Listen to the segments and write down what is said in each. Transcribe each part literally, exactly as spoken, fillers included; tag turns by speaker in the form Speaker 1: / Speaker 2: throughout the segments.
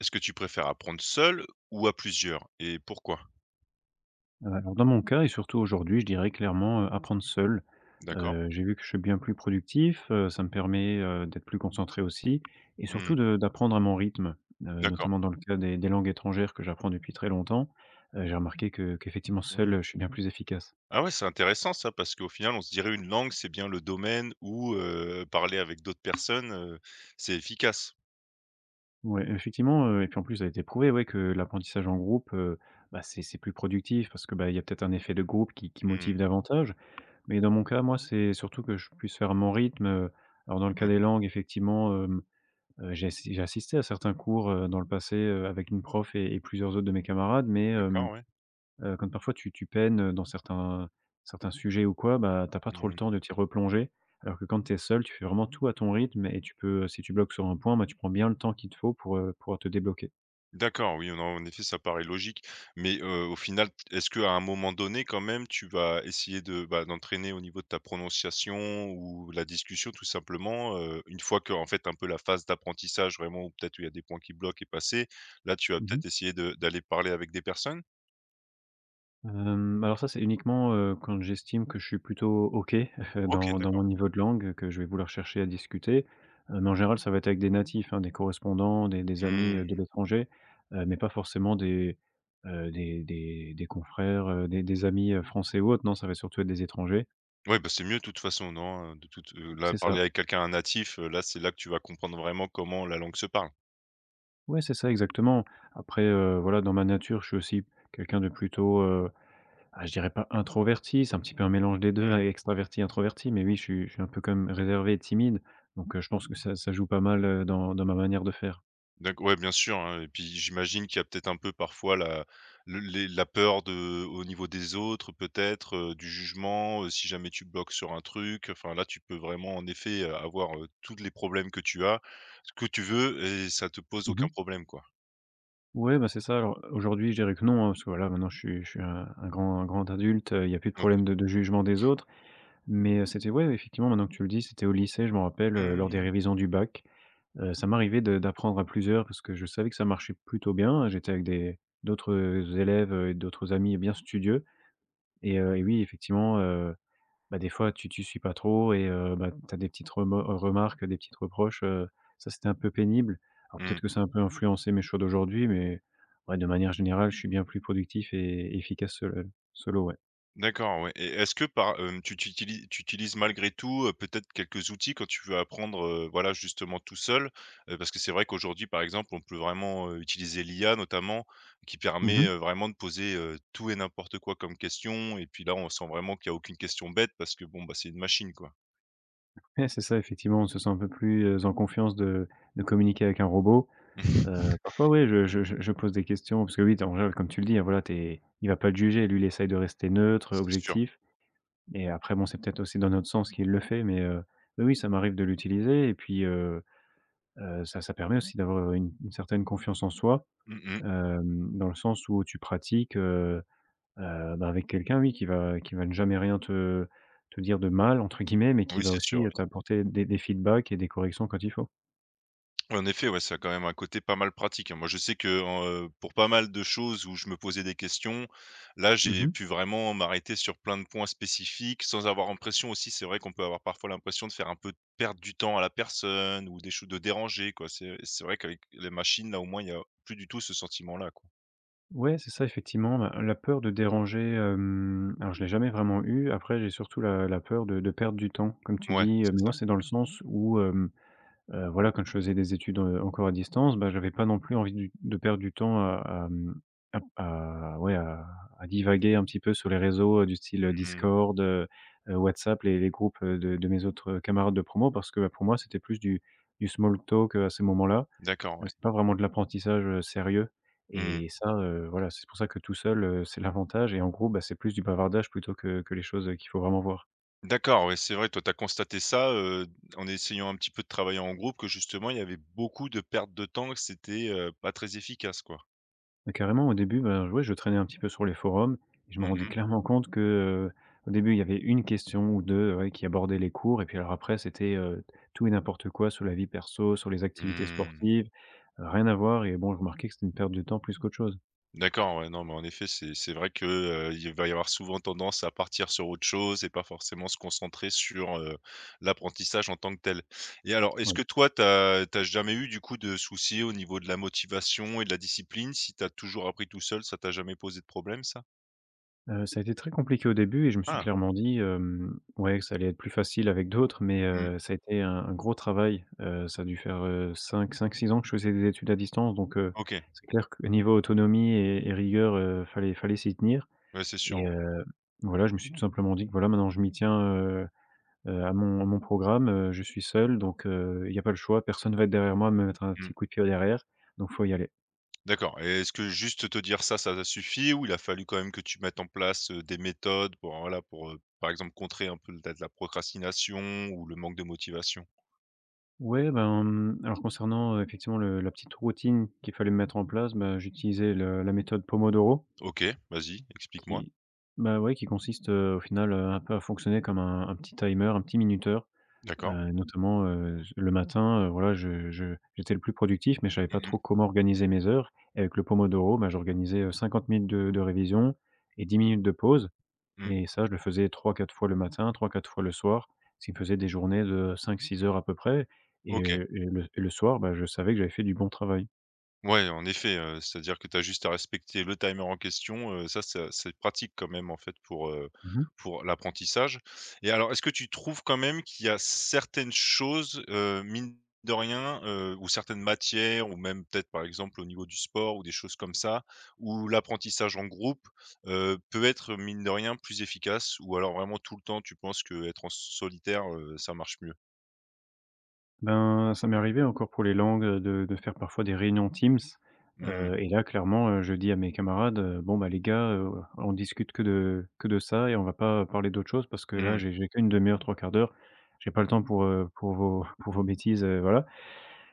Speaker 1: Est-ce que tu préfères apprendre seul ou à plusieurs et pourquoi?
Speaker 2: Heu, alors dans mon cas et surtout aujourd'hui, je dirais clairement, heu, apprendre seul.
Speaker 1: D'accord.
Speaker 2: Heu, j'ai vu que je suis bien plus productif, heu, ça me permet, heu, d'être plus concentré aussi et surtout
Speaker 1: Mmh.
Speaker 2: de d'apprendre à mon rythme, heu,
Speaker 1: D'accord.
Speaker 2: notamment dans le cas des des langues étrangères que j'apprends depuis très longtemps. Heu, j'ai remarqué que qu'effectivement seul,
Speaker 1: Mmh.
Speaker 2: heu, je suis bien plus efficace.
Speaker 1: Ah ouais, c'est intéressant ça parce qu'au final, on se dirait une langue, c'est bien le domaine où, heu, parler avec d'autres personnes, heu, c'est efficace.
Speaker 2: Ouais, effectivement, heu et puis en plus ça a été prouvé, ouais, que l'apprentissage en groupe, heu, bah, c'est c'est plus productif parce que, bah, il y a peut-être un effet de groupe qui qui
Speaker 1: Mmh
Speaker 2: motive davantage. Mais dans mon cas, moi, c'est surtout que je puisse faire à mon rythme, heu, alors dans le cas
Speaker 1: mh.
Speaker 2: des langues effectivement. Heu, j'ai assi j'ai assisté à certains cours, heu, dans le passé, heu, avec une prof et et plusieurs autres de mes camarades, mais hem,
Speaker 1: D'accord, ouais.
Speaker 2: heu, comme parfois tu tu peines, dans certains certains sujets ou quoi, bah, t'as pas trop le temps
Speaker 1: Mmh.
Speaker 2: de t'y replonger. Alors que quand tu es seul, tu fais vraiment tout à ton rythme et tu peux, si tu bloques sur un point, bah, tu prends bien le temps qu'il te faut pour, heu, pouvoir te débloquer.
Speaker 1: D'accord, oui, non, en effet, ça paraît logique. Mais, heu, au final, est-ce qu'à un moment donné, quand même, tu vas essayer de, bah, d'entraîner au niveau de ta prononciation ou la discussion, tout simplement, heu, une fois que en fait, un peu la phase d'apprentissage vraiment où peut-être il y a des points qui bloquent est passée, là, tu vas
Speaker 2: Mmh.
Speaker 1: peut-être essayer de d'aller parler avec des personnes?
Speaker 2: Hem, alors ça, c'est uniquement, heu, quand j'estime que je suis plutôt OK,
Speaker 1: OK,
Speaker 2: dans dans
Speaker 1: d'accord.
Speaker 2: mon niveau de langue, que je vais vouloir chercher à discuter. Heu, mais en général, ça va être avec des natifs, hein, des correspondants, des des amis, heu,
Speaker 1: Mmh.
Speaker 2: de l'étranger, heu, mais pas forcément des, heu, des des des confrères, heu, des des amis, heu, français ou autres. Non, ça va surtout être des étrangers.
Speaker 1: Ouais, bah, c'est mieux de toute façon, non, hein, de toute, heu, là,
Speaker 2: C'est
Speaker 1: parler
Speaker 2: ça.
Speaker 1: avec quelqu'un, un natif, heu, là, c'est là que tu vas comprendre vraiment comment la langue se parle.
Speaker 2: Ouais, c'est ça, exactement. Après, heu, voilà, dans ma nature, je suis aussi quelqu'un de plutôt, Ah, je dirais pas introverti, c'est un petit peu un mélange des deux, avec extraverti, introverti, mais oui, je suis je suis un peu comme réservé et timide, donc heu, je pense que ça ça joue pas mal, heu, dans dans ma manière de faire.
Speaker 1: D'acc ouais, bien sûr, hein et puis j'imagine qu'il y a peut-être un peu parfois la le les la peur de au niveau des autres peut-être, heu, du jugement, heu, si jamais tu bloques sur un truc, enfin là tu peux vraiment en effet, heu, avoir, heu, tous les problèmes que tu as, ce que tu veux et ça te pose aucun
Speaker 2: Mmh.
Speaker 1: problème quoi.
Speaker 2: Ouais, bah, c'est ça. Alors aujourd'hui, je dirais que non, hein, parce que voilà, maintenant je suis je suis un un grand un grand adulte, heu, il n'y a plus de
Speaker 1: OK.
Speaker 2: problème de de jugement des autres, mais heu, c'était ouais, effectivement, maintenant que tu le dis, c'était au lycée, je m'en rappelle, heu, lors des
Speaker 1: Mmh.
Speaker 2: révisions du bac, heu, ça m'arrivait de d'apprendre à plusieurs parce que je savais que ça marchait plutôt bien. J'étais avec des d'autres élèves, heu, et d'autres amis bien studieux et heu, et oui, effectivement, bah, des fois, tu tu suis pas trop et heu, bah, tu as des petites remo euh, remarques, des petites reproches, heu, ça, c'était un peu pénible. Alors peut-être
Speaker 1: Mmh.
Speaker 2: que ça a un peu influencé mes choix d'aujourd'hui, mais ouais, de manière générale, je suis bien plus productif et efficace seul solo, ouais.
Speaker 1: D'accord, ouais et est-ce que par hem, tu tu utilises tu utilises malgré tout, heu, peut-être quelques outils quand tu veux apprendre, heu, voilà, justement tout seul? Heu, parce que c'est vrai qu'aujourd'hui, par exemple, on peut vraiment, heu, utiliser l'I A notamment, qui permet,
Speaker 2: Mmh.
Speaker 1: heu, vraiment de poser, heu, tout et n'importe quoi comme question et puis là, on sent vraiment qu'il y a aucune question bête parce que bon, bah, c'est une machine, quoi.
Speaker 2: Ouais, c'est ça, effectivement, on se sent un peu plus, heu, en confiance de de communiquer avec un robot. Heu, parfois, oui je je je je pose des questions parce que oui, en général, comme tu le dis, hein, voilà, t'es il va pas te juger. Lui, il essaye de rester neutre,
Speaker 1: C'est sûr.
Speaker 2: objectif et après bon, c'est peut-être aussi dans notre sens qu'il le fait, mais heu, oui, oui, ça m'arrive de l'utiliser et puis, heu Heu, ça ça permet aussi d'avoir une une certaine confiance en soi,
Speaker 1: Mmh mh.
Speaker 2: hem, dans le sens où tu pratiques, heu heu, bah, avec quelqu'un, oui, qui va qui va ne jamais rien te te dire de «mal» entre guillemets, mais qui
Speaker 1: Oui,
Speaker 2: va
Speaker 1: c'est
Speaker 2: aussi,
Speaker 1: sûr, ouais.
Speaker 2: t'apporter des des feedbacks et des corrections quand il faut.
Speaker 1: En effet, ouais, ça a quand même un côté pas mal pratique, hein. Moi, je sais que, en, heu, pour pas mal de choses où je me posais des questions, là, j'ai
Speaker 2: Mmh.
Speaker 1: pu vraiment m'arrêter sur plein de points spécifiques sans avoir l'impression aussi c'est vrai qu'on peut avoir parfois l'impression de faire un peu perdre du temps à la personne ou des choses de déranger, quoi. C'est c'est vrai qu'avec les machines, là, au moins, il y a plus du tout ce sentiment-là, quoi.
Speaker 2: Ouais, c'est ça effectivement, la la peur de déranger, hem, alors je l'ai jamais vraiment eue. Après, j'ai surtout la la peur de de perdre du temps. Comme tu
Speaker 1: Ouais,
Speaker 2: dis, heu,
Speaker 1: c'est
Speaker 2: moi,
Speaker 1: ça.
Speaker 2: c'est dans le sens où, hem, heu, voilà, quand je faisais des études, heu, encore à distance, bah, j'avais pas non plus envie du de perdre du temps à mmh, Heu, ouais, à à divaguer un petit peu sur les réseaux, heu, du style, euh,
Speaker 1: Mmh.
Speaker 2: Discord, heu heu, WhatsApp, les les groupes, heu, de de mes autres, euh, camarades de promo parce que, bah, pour moi, c'était plus du du small talk, heu, à ces moments-là.
Speaker 1: D'accord,
Speaker 2: Heu,
Speaker 1: ouais.
Speaker 2: c'est pas vraiment de l'apprentissage, heu, sérieux
Speaker 1: Mmh.
Speaker 2: et ça, heu, voilà, c'est pour ça que tout seul, heu, c'est l'avantage et en groupe, bah, c'est plus du bavardage plutôt que que les choses, heu, qu'il faut vraiment voir.
Speaker 1: D'accord, oui, c'est vrai, toi, tu as constaté ça, heu, en essayant un petit peu de travailler en groupe que justement, il y avait beaucoup de pertes de temps, que c'était, heu, pas très efficace, quoi.
Speaker 2: Bah, carrément, au début, ben, ouais, je traînais un petit peu sur les forums et je me
Speaker 1: Mmh
Speaker 2: rendais
Speaker 1: mh.
Speaker 2: clairement compte que, heu, au début, il y avait une question ou deux ouais, qui abordaient les cours et puis alors après, c'était, heu, tout et n'importe quoi sur la vie perso, sur les activités
Speaker 1: Mmh.
Speaker 2: sportives, euh, rien à voir et bon, je remarquais que c'était une perte de temps plus qu'autre chose.
Speaker 1: D'accord, ouais, non, mais en effet, c'est c'est vrai que, heu, il va y avoir souvent tendance à partir sur autre chose et pas forcément se concentrer sur, heu, l'apprentissage en tant que tel. Et alors, est-ce
Speaker 2: Ouais.
Speaker 1: que toi, t'as t'as jamais eu du coup de soucis au niveau de la motivation et de la discipline? Si t'as toujours appris tout seul, ça t'a jamais posé de problème ça?
Speaker 2: Heu, ça a été très compliqué au début et je me suis
Speaker 1: Ah!
Speaker 2: clairement dit, hem, ouais, que ça allait être plus facile avec d'autres, mais
Speaker 1: Mmh.
Speaker 2: heu, ça a été un un gros travail. Heu, ça a dû faire, heu, cinq, 5 six ans que je faisais des études à distance, donc heu,
Speaker 1: OK.
Speaker 2: c'est clair que niveau autonomie et et rigueur, heu, fallait fallait s'y tenir
Speaker 1: Ouais, c'est sûr,
Speaker 2: et
Speaker 1: ouais.
Speaker 2: heu, voilà, je me suis tout simplement dit que voilà, maintenant je m'y tiens, heu heu, à mon à mon programme, heu, je suis seul donc heu, il y a pas le choix, personne va être derrière moi, me mettre un
Speaker 1: Mmh.
Speaker 2: petit coup de pied aux derrières, donc faut y aller.
Speaker 1: D'accord et est-ce que juste te dire ça, ça t'a suffi ou il a fallu quand même que tu mettes en place, heu, des méthodes pour, voilà, pour, heu, par exemple, contrer un peu peut-être la procrastination ou le manque de motivation?
Speaker 2: Ouais, ben, mmh, alors concernant, heu, effectivement le la petite routine qu'il fallait mettre en place, ben j'utilisais le la méthode Pomodoro
Speaker 1: OK, vas-y, explique-moi.
Speaker 2: qui bah, ouais, qui consiste, heu, au final, heu, un peu à fonctionner comme un un petit timer, un petit minuteur,
Speaker 1: D'accord.
Speaker 2: heu, notamment, heu, le matin, heu, voilà, je je j'étais le plus productif, mais je savais pas
Speaker 1: Mmh
Speaker 2: trop
Speaker 1: mh.
Speaker 2: comment organiser mes heures et avec le Pomodoro, ben j'organisais, heu, cinquante minutes de de révision et dix minutes de pause
Speaker 1: Mmh.
Speaker 2: et ça, je le faisais trois, quatre fois le matin, trois, quatre fois le soir, ce qui me faisait des journées de cinq, six heures à peu près et
Speaker 1: OK.
Speaker 2: heu, et le et le soir, bah, je savais que j'avais fait du bon travail.
Speaker 1: Ouais, en effet, heu, c'est-à-dire que tu as juste à respecter le timer en question, heu, ça ça c'est pratique quand même en fait pour, heu,
Speaker 2: Mmh mh.
Speaker 1: pour l'apprentissage et alors est-ce que tu trouves quand même qu'il y a certaines choses, heu, mine de rien, heu, ou certaines matières ou même peut-être par exemple au niveau du sport ou des choses comme ça, où l'apprentissage en groupe, heu, peut être mine de rien plus efficace? Ou alors vraiment tout le temps tu penses que être en solitaire, heu, ça marche mieux?
Speaker 2: Ben, ça m'est arrivé encore pour les langues, heu, de de faire parfois des réunions Teams,
Speaker 1: Mmh mh.
Speaker 2: heu, et là clairement, heu, je dis à mes camarades, heu: «Bon, bah, les gars, heu, on discute que de que de ça et on va pas parler d'autre chose parce que là,
Speaker 1: Mmh.
Speaker 2: j'ai j'ai qu'une demi heure, trois quarts d'heure. J'ai pas le temps pour, heu, pour vos pour vos bêtises, heu, voilà».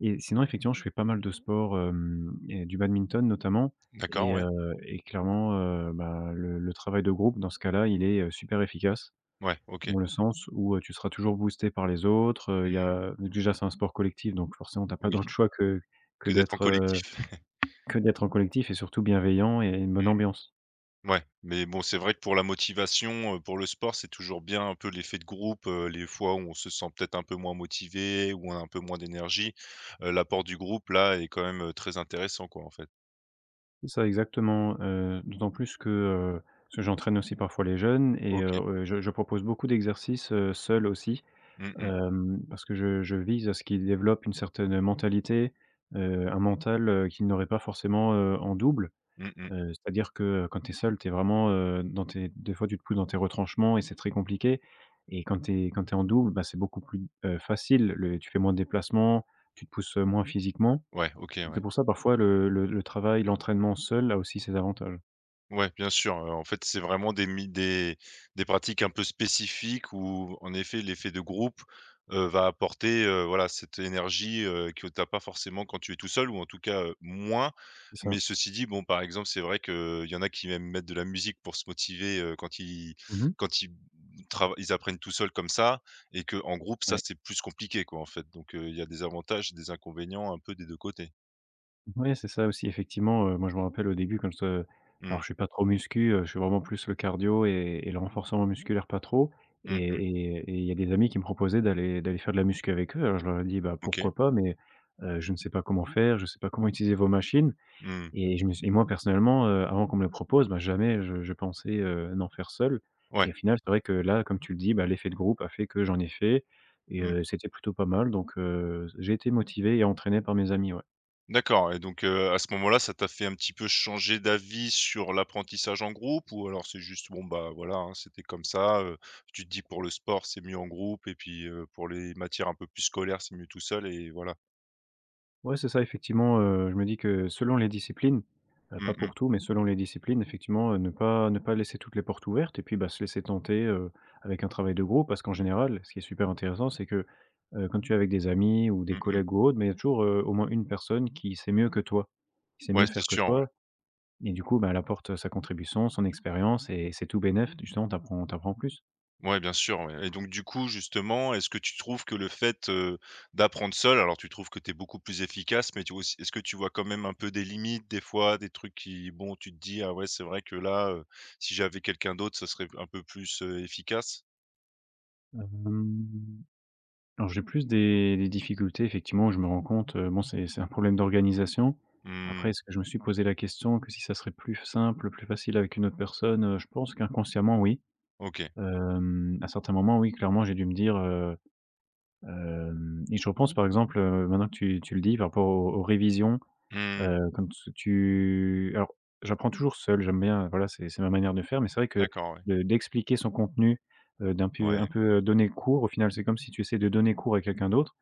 Speaker 2: Et sinon, effectivement, je fais pas mal de sport, hem et du badminton notamment
Speaker 1: D'accord,
Speaker 2: et
Speaker 1: ouais.
Speaker 2: heu et clairement, heu, bah, le le travail de groupe, dans ce cas-là, il est, heu, super efficace.
Speaker 1: Ouais, OK.
Speaker 2: Dans le sens où, heu, tu seras toujours boosté par les autres, heu, il y
Speaker 1: Mmh,
Speaker 2: a déjà, c'est un sport collectif, donc forcément, tu as pas
Speaker 1: oui,
Speaker 2: d'autre choix que que
Speaker 1: que d'être en
Speaker 2: d'être, heu,
Speaker 1: collectif.
Speaker 2: que d'être en collectif et surtout bienveillant et une bonne ambiance.
Speaker 1: Ouais, mais bon, c'est vrai que pour la motivation, heu, pour le sport, c'est toujours bien un peu l'effet de groupe, heu, les fois où on se sent peut-être un peu moins motivé, où on a un peu moins d'énergie, heu, l'apport du groupe là est quand même, heu, très intéressant quoi, en fait.
Speaker 2: C'est ça, exactement, heu, d'autant plus que, heu, parce que j'entraîne aussi parfois les jeunes et
Speaker 1: OK.
Speaker 2: heu, je je propose beaucoup d'exercices, heu, seuls aussi.
Speaker 1: Mmh mh.
Speaker 2: Hem, parce que je je vise à ce qu'ils développent une certaine mentalité, heu, un mental, heu, qu'ils n'auraient pas forcément, heu, en double.
Speaker 1: Mmh mh.
Speaker 2: Heu, c'est-à-dire que, euh, quand tu es seul, tu es vraiment, heu, dans tes des fois, tu te pousses dans tes retranchements et c'est très compliqué et quand tu es quand tu en double, bah, c'est beaucoup plus, heu, facile. Le Tu fais moins de déplacements, tu te pousses, heu, moins physiquement.
Speaker 1: Ouais, OK,
Speaker 2: C'est
Speaker 1: ouais.
Speaker 2: pour ça, parfois, le le le travail, l'entraînement seul a aussi ses avantages.
Speaker 1: Ouais, bien sûr, heu, en fait, c'est vraiment des mi des des pratiques un peu spécifiques où, en effet, l'effet de groupe, heu, va apporter, heu, voilà, cette énergie, heu, que tu as pas forcément quand tu es tout seul ou en tout cas, heu, moins.
Speaker 2: C'est ça.
Speaker 1: Mais ceci dit, bon, par exemple, c'est vrai qu'il y en a qui aiment mettre de la musique pour se motiver, heu, quand ils
Speaker 2: Mmh.
Speaker 1: quand ils trava ils apprennent tout seuls comme ça et que en groupe, ça,
Speaker 2: Ouais.
Speaker 1: c'est plus compliqué, quoi, en fait. Donc heu, il y a des avantages et des inconvénients un peu des deux côtés.
Speaker 2: Ouais, c'est ça aussi effectivement, heu, moi je me rappelle au début quand, heu, alors
Speaker 1: Mmh.
Speaker 2: je suis pas trop muscu, heu, je suis vraiment plus le cardio et et le renforcement musculaire pas trop et
Speaker 1: Mmh mmh.
Speaker 2: et et il y a des amis qui me proposaient d'aller d'aller faire de la muscu avec eux. Alors je leur ai dit: «Bah,
Speaker 1: OK.
Speaker 2: pourquoi pas mais, heu, je ne sais pas comment faire, je sais pas comment utiliser vos machines»
Speaker 1: Mmh.
Speaker 2: et je me suis et moi personnellement, heu, avant qu'on me le propose, bah, jamais je je pensais, heu, n'en faire seul
Speaker 1: Ouais.
Speaker 2: et au final, c'est vrai que là, comme tu le dis, bah, l'effet de groupe a fait que j'en ai fait et
Speaker 1: Mmh.
Speaker 2: heu, c'était plutôt pas mal donc, heu, j'ai été motivé et entraîné par mes amis, ouais.
Speaker 1: D'accord et donc heu, à ce moment-là, ça t'a fait un petit peu changer d'avis sur l'apprentissage en groupe ou alors c'est juste, bon, bah, voilà, hein, c'était comme ça, heu, tu te dis pour le sport, c'est mieux en groupe et puis, heu, pour les matières un peu plus scolaires, c'est mieux tout seul et voilà?
Speaker 2: Ouais, c'est ça, effectivement, heu, je me dis que selon les disciplines, heu, pas
Speaker 1: Mmh mh.
Speaker 2: pour tout, mais selon les disciplines, effectivement, heu, ne pas ne pas laisser toutes les portes ouvertes et puis, bah, se laisser tenter, heu, avec un travail de groupe. Parce qu'en général, ce qui est super intéressant, c'est que, heu, quand tu es avec des amis ou des
Speaker 1: Mmh mh.
Speaker 2: collègues ou autres, mais il y a toujours, heu, au moins une personne qui sait mieux que toi, qui sait
Speaker 1: Ouais,
Speaker 2: mieux faire
Speaker 1: c'est
Speaker 2: que
Speaker 1: sûr, ouais.
Speaker 2: toi et du coup, bah, elle apporte, sa contribution, son expérience et c'est tout bénef, justement, t'apprends t'apprends plus.
Speaker 1: Ouais, bien sûr, ouais et donc du coup, justement, est-ce que tu trouves que le fait, heu, d'apprendre seul, alors tu trouves que tu es beaucoup plus efficace, mais tu vois aussi est-ce que tu vois quand même un peu des limites, des fois, des trucs qui bon, tu te dis: «Ah ouais, c'est vrai que là, heu, si j'avais quelqu'un d'autre, ça serait un peu plus, heu, efficace»?
Speaker 2: Hem Alors j'ai plus des des difficultés effectivement où je me rends compte, heu, bon c'est c'est un problème d'organisation. Après
Speaker 1: Mmh,
Speaker 2: est-ce que je me suis posé la question que si ça serait plus simple, plus facile avec une autre personne? Heu, je pense qu'inconsciemment oui.
Speaker 1: OK.
Speaker 2: Hem, à certains moments oui, clairement j'ai dû me dire, heu, hem et je repense par exemple, heu, maintenant que tu tu le dis par rapport aux aux révisions,
Speaker 1: Mmh,
Speaker 2: heu, quand tu alors j'apprends toujours seul, j'aime bien voilà c'est c'est ma manière de faire mais c'est vrai que
Speaker 1: d'accord, ouais.
Speaker 2: de d'expliquer son contenu, heu, d'un peu
Speaker 1: Ouais,
Speaker 2: un peu, heu, donner cours au final c'est comme si tu essaies de donner cours à quelqu'un d'autre.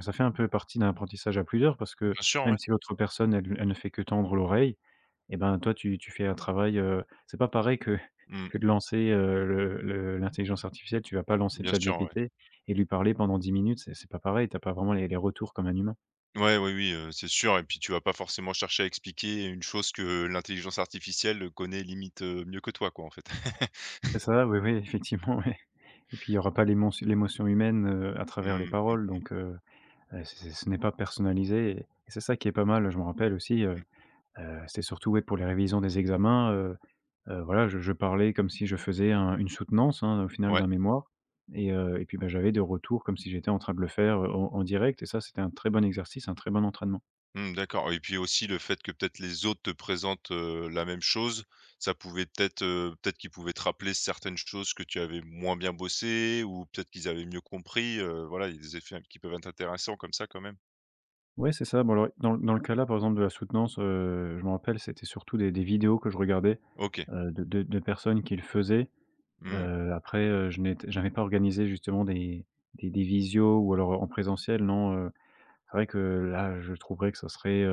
Speaker 2: Ça fait un peu partie d'un apprentissage à plusieurs parce que
Speaker 1: bien sûr, ouais.
Speaker 2: même si l'autre personne, elle elle ne fait que tendre l'oreille et ben, toi, tu tu fais un travail, heu, c'est pas pareil que que
Speaker 1: Mmh,
Speaker 2: de lancer, heu, le le l'intelligence artificielle. Tu vas pas lancer
Speaker 1: bien sûr, ouais.
Speaker 2: ChatGPT et lui parler pendant dix minutes, c'est c'est pas pareil, t'as pas vraiment les les retours comme un humain.
Speaker 1: Ouais, oui, oui, heu, c'est sûr et puis tu vas pas forcément chercher à expliquer une chose que l'intelligence artificielle connaît limite, heu, mieux que toi, quoi, en fait.
Speaker 2: C'est ça, oui, oui, effectivement, oui et puis il y aura pas l'émontion l'émotion humaine, heu, à travers les
Speaker 1: Mmh.
Speaker 2: paroles donc heu, heu, c'est ce n'est pas personnalisé et c'est ça qui est pas mal. Je me rappelle aussi, heu, heu, c'était surtout, ouais, pour les révisions des examens, heu Heu, voilà, je je parlais comme si je faisais un une soutenance, hein, au final
Speaker 1: Ouais.
Speaker 2: d'un mémoire et heu, et puis, bah, j'avais des retours comme si j'étais en train de le faire, heu, en en direct et ça, c'était un très bon exercice, un très bon entraînement.
Speaker 1: Mmh, d'accord et puis aussi le fait que peut-être les autres te présentent, heu, la même chose, ça pouvait peut-être, heu, peut-être qu'ils pouvaient te rappeler certaines choses que tu avais moins bien bossé, ou peut-être qu'ils avaient mieux compris, heu, voilà, il y a des effets qui peuvent être intéressants comme ça quand même.
Speaker 2: Ouais, c'est ça. Bon alors, dans le dans le cas là, par exemple, de la soutenance, heu, je me rappelle, c'était surtout des des vidéos que je regardais,
Speaker 1: OK.
Speaker 2: heu, de de de personnes qui le faisaient.
Speaker 1: Mmh.
Speaker 2: Heu, après, heu, je n'étais j'avais pas organisé justement des des des visios ou alors en présentiel, non, heu, c'est vrai que là, je trouverais que ça serait,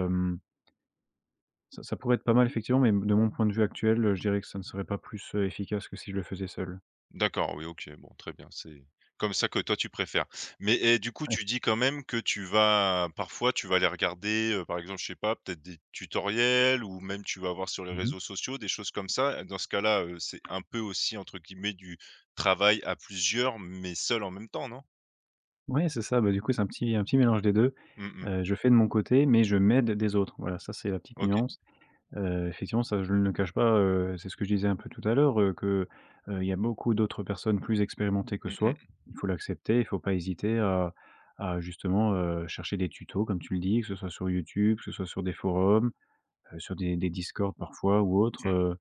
Speaker 2: Ça ça pourrait être pas mal effectivement, mais de mon point de vue actuel, heu, je dirais que ça ne serait pas plus, heu, efficace que si je le faisais seul.
Speaker 1: D'accord, oui, OK, bon, très bien, c'est comme ça que toi tu préfères. Mais et du coup,
Speaker 2: Ouais.
Speaker 1: tu dis quand même que tu vas parfois, tu vas aller regarder, heu, par exemple, je sais pas, peut-être des tutoriels ou même tu vas voir sur les
Speaker 2: Mmh.
Speaker 1: réseaux sociaux, des choses comme ça. Dans ce cas-là, heu, c'est un peu aussi, entre guillemets, «du travail à plusieurs», mais seul en même temps, non?
Speaker 2: Ouais, c'est ça, bah, du coup, c'est un petit un petit mélange des deux.
Speaker 1: Mmh mh.
Speaker 2: Heu, je fais de mon côté, mais je m'aide des autres. Voilà, ça, c'est la petite
Speaker 1: OK.
Speaker 2: nuance. Heu, effectivement, ça, je ne le cache pas, heu, c'est ce que je disais un peu tout à l'heure, heu, que, heu, il y a beaucoup d'autres personnes plus expérimentées que
Speaker 1: Mmh
Speaker 2: soi.
Speaker 1: mh,
Speaker 2: Il faut l'accepter, il faut pas hésiter à à justement, heu, chercher des tutos comme tu le dis, que ce soit sur YouTube, que ce soit sur des forums, heu, sur des des Discord parfois ou
Speaker 1: mmh.
Speaker 2: autres.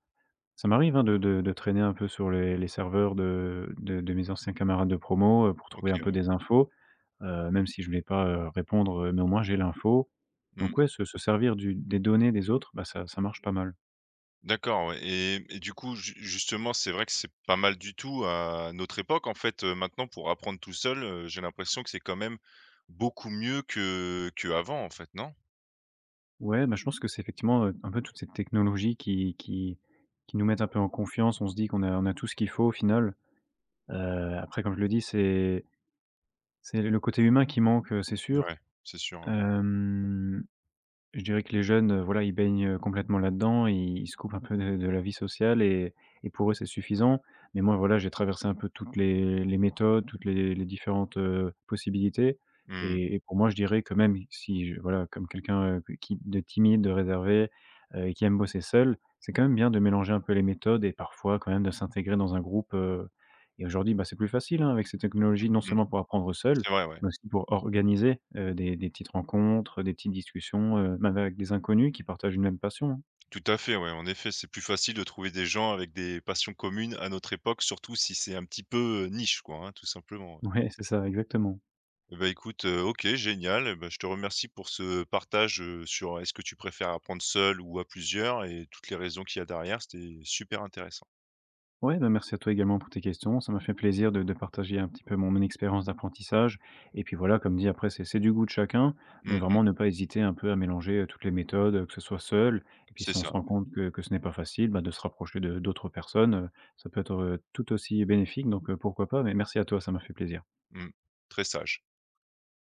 Speaker 2: Ça m'arrive, hein, de de de traîner un peu sur les les serveurs de de de mes anciens camarades de promo, heu, pour
Speaker 1: OK,
Speaker 2: trouver un peu
Speaker 1: ouais.
Speaker 2: des infos, heu, même si je ne vais pas, heu, répondre, heu, mais au moins j'ai l'info.
Speaker 1: Mmh.
Speaker 2: Donc ouais, se se servir du des données des autres, bah, ça ça marche pas mal.
Speaker 1: D'accord, ouais et et du coup, ju justement, c'est vrai que c'est pas mal du tout à notre époque. En fait, heu, maintenant pour apprendre tout seul, heu, j'ai l'impression que c'est quand même beaucoup mieux que que avant, en fait, non?
Speaker 2: Ouais, bah, je pense que c'est effectivement, heu, un peu toute cette technologie qui qui qui nous met un peu en confiance. On se dit qu'on a on a tout ce qu'il faut au final. Heu, après comme je le dis, c'est c'est le côté humain qui manque, heu, c'est sûr.
Speaker 1: Ouais, c'est sûr, ouais.
Speaker 2: Hem Je dirais que les jeunes, heu, voilà, ils baignent, heu, complètement là-dedans, ils ils se coupent un peu de de la vie sociale et et pour eux, c'est suffisant. Mais moi, voilà, j'ai traversé un peu toutes les les méthodes, toutes les les différentes, heu, possibilités
Speaker 1: Mmh,
Speaker 2: et et pour moi, je dirais que même si je voilà, comme quelqu'un, heu, qui de timide, de réservé, heu, et qui aime bosser seul, c'est quand même bien de mélanger un peu les méthodes et parfois quand même de s'intégrer dans un groupe, heu et aujourd'hui, bah, c'est plus facile, hein, avec ces technologies, non
Speaker 1: mmh,
Speaker 2: seulement pour apprendre seul,
Speaker 1: c'est vrai, ouais.
Speaker 2: mais aussi pour organiser, heu, des des petites rencontres, des petites discussions, heu, même avec des inconnus qui partagent une même passion, hein.
Speaker 1: Tout à fait, ouais, en effet, c'est plus facile de trouver des gens avec des passions communes à notre époque, surtout si c'est un petit peu, heu, niche, quoi, hein, tout simplement, ouais.
Speaker 2: Ouais, c'est ça, exactement.
Speaker 1: Eh bah, écoute, heu, OK, génial. Eh bah, je te remercie pour ce partage, heu, sur euh, est-ce que tu préfères apprendre seul ou à plusieurs et toutes les raisons qu'il y a derrière. C'était super intéressant.
Speaker 2: Ouais, bah, merci à toi également pour tes questions. Ça m'a fait plaisir de de partager un petit peu mon mon expérience d'apprentissage et puis voilà, comme dit après c'est c'est du goût de chacun, mais
Speaker 1: Mmh mh.
Speaker 2: vraiment ne pas hésiter un peu à mélanger, heu, toutes les méthodes, heu, que ce soit seul et puis
Speaker 1: C'est
Speaker 2: si on se
Speaker 1: ça, ouais.
Speaker 2: rend compte que que ce n'est pas facile, bah, de se rapprocher de d'autres personnes, heu, ça peut être, heu, tout aussi bénéfique donc heu, pourquoi pas? Mais merci à toi, ça m'a fait plaisir.
Speaker 1: Mmh. Très sage.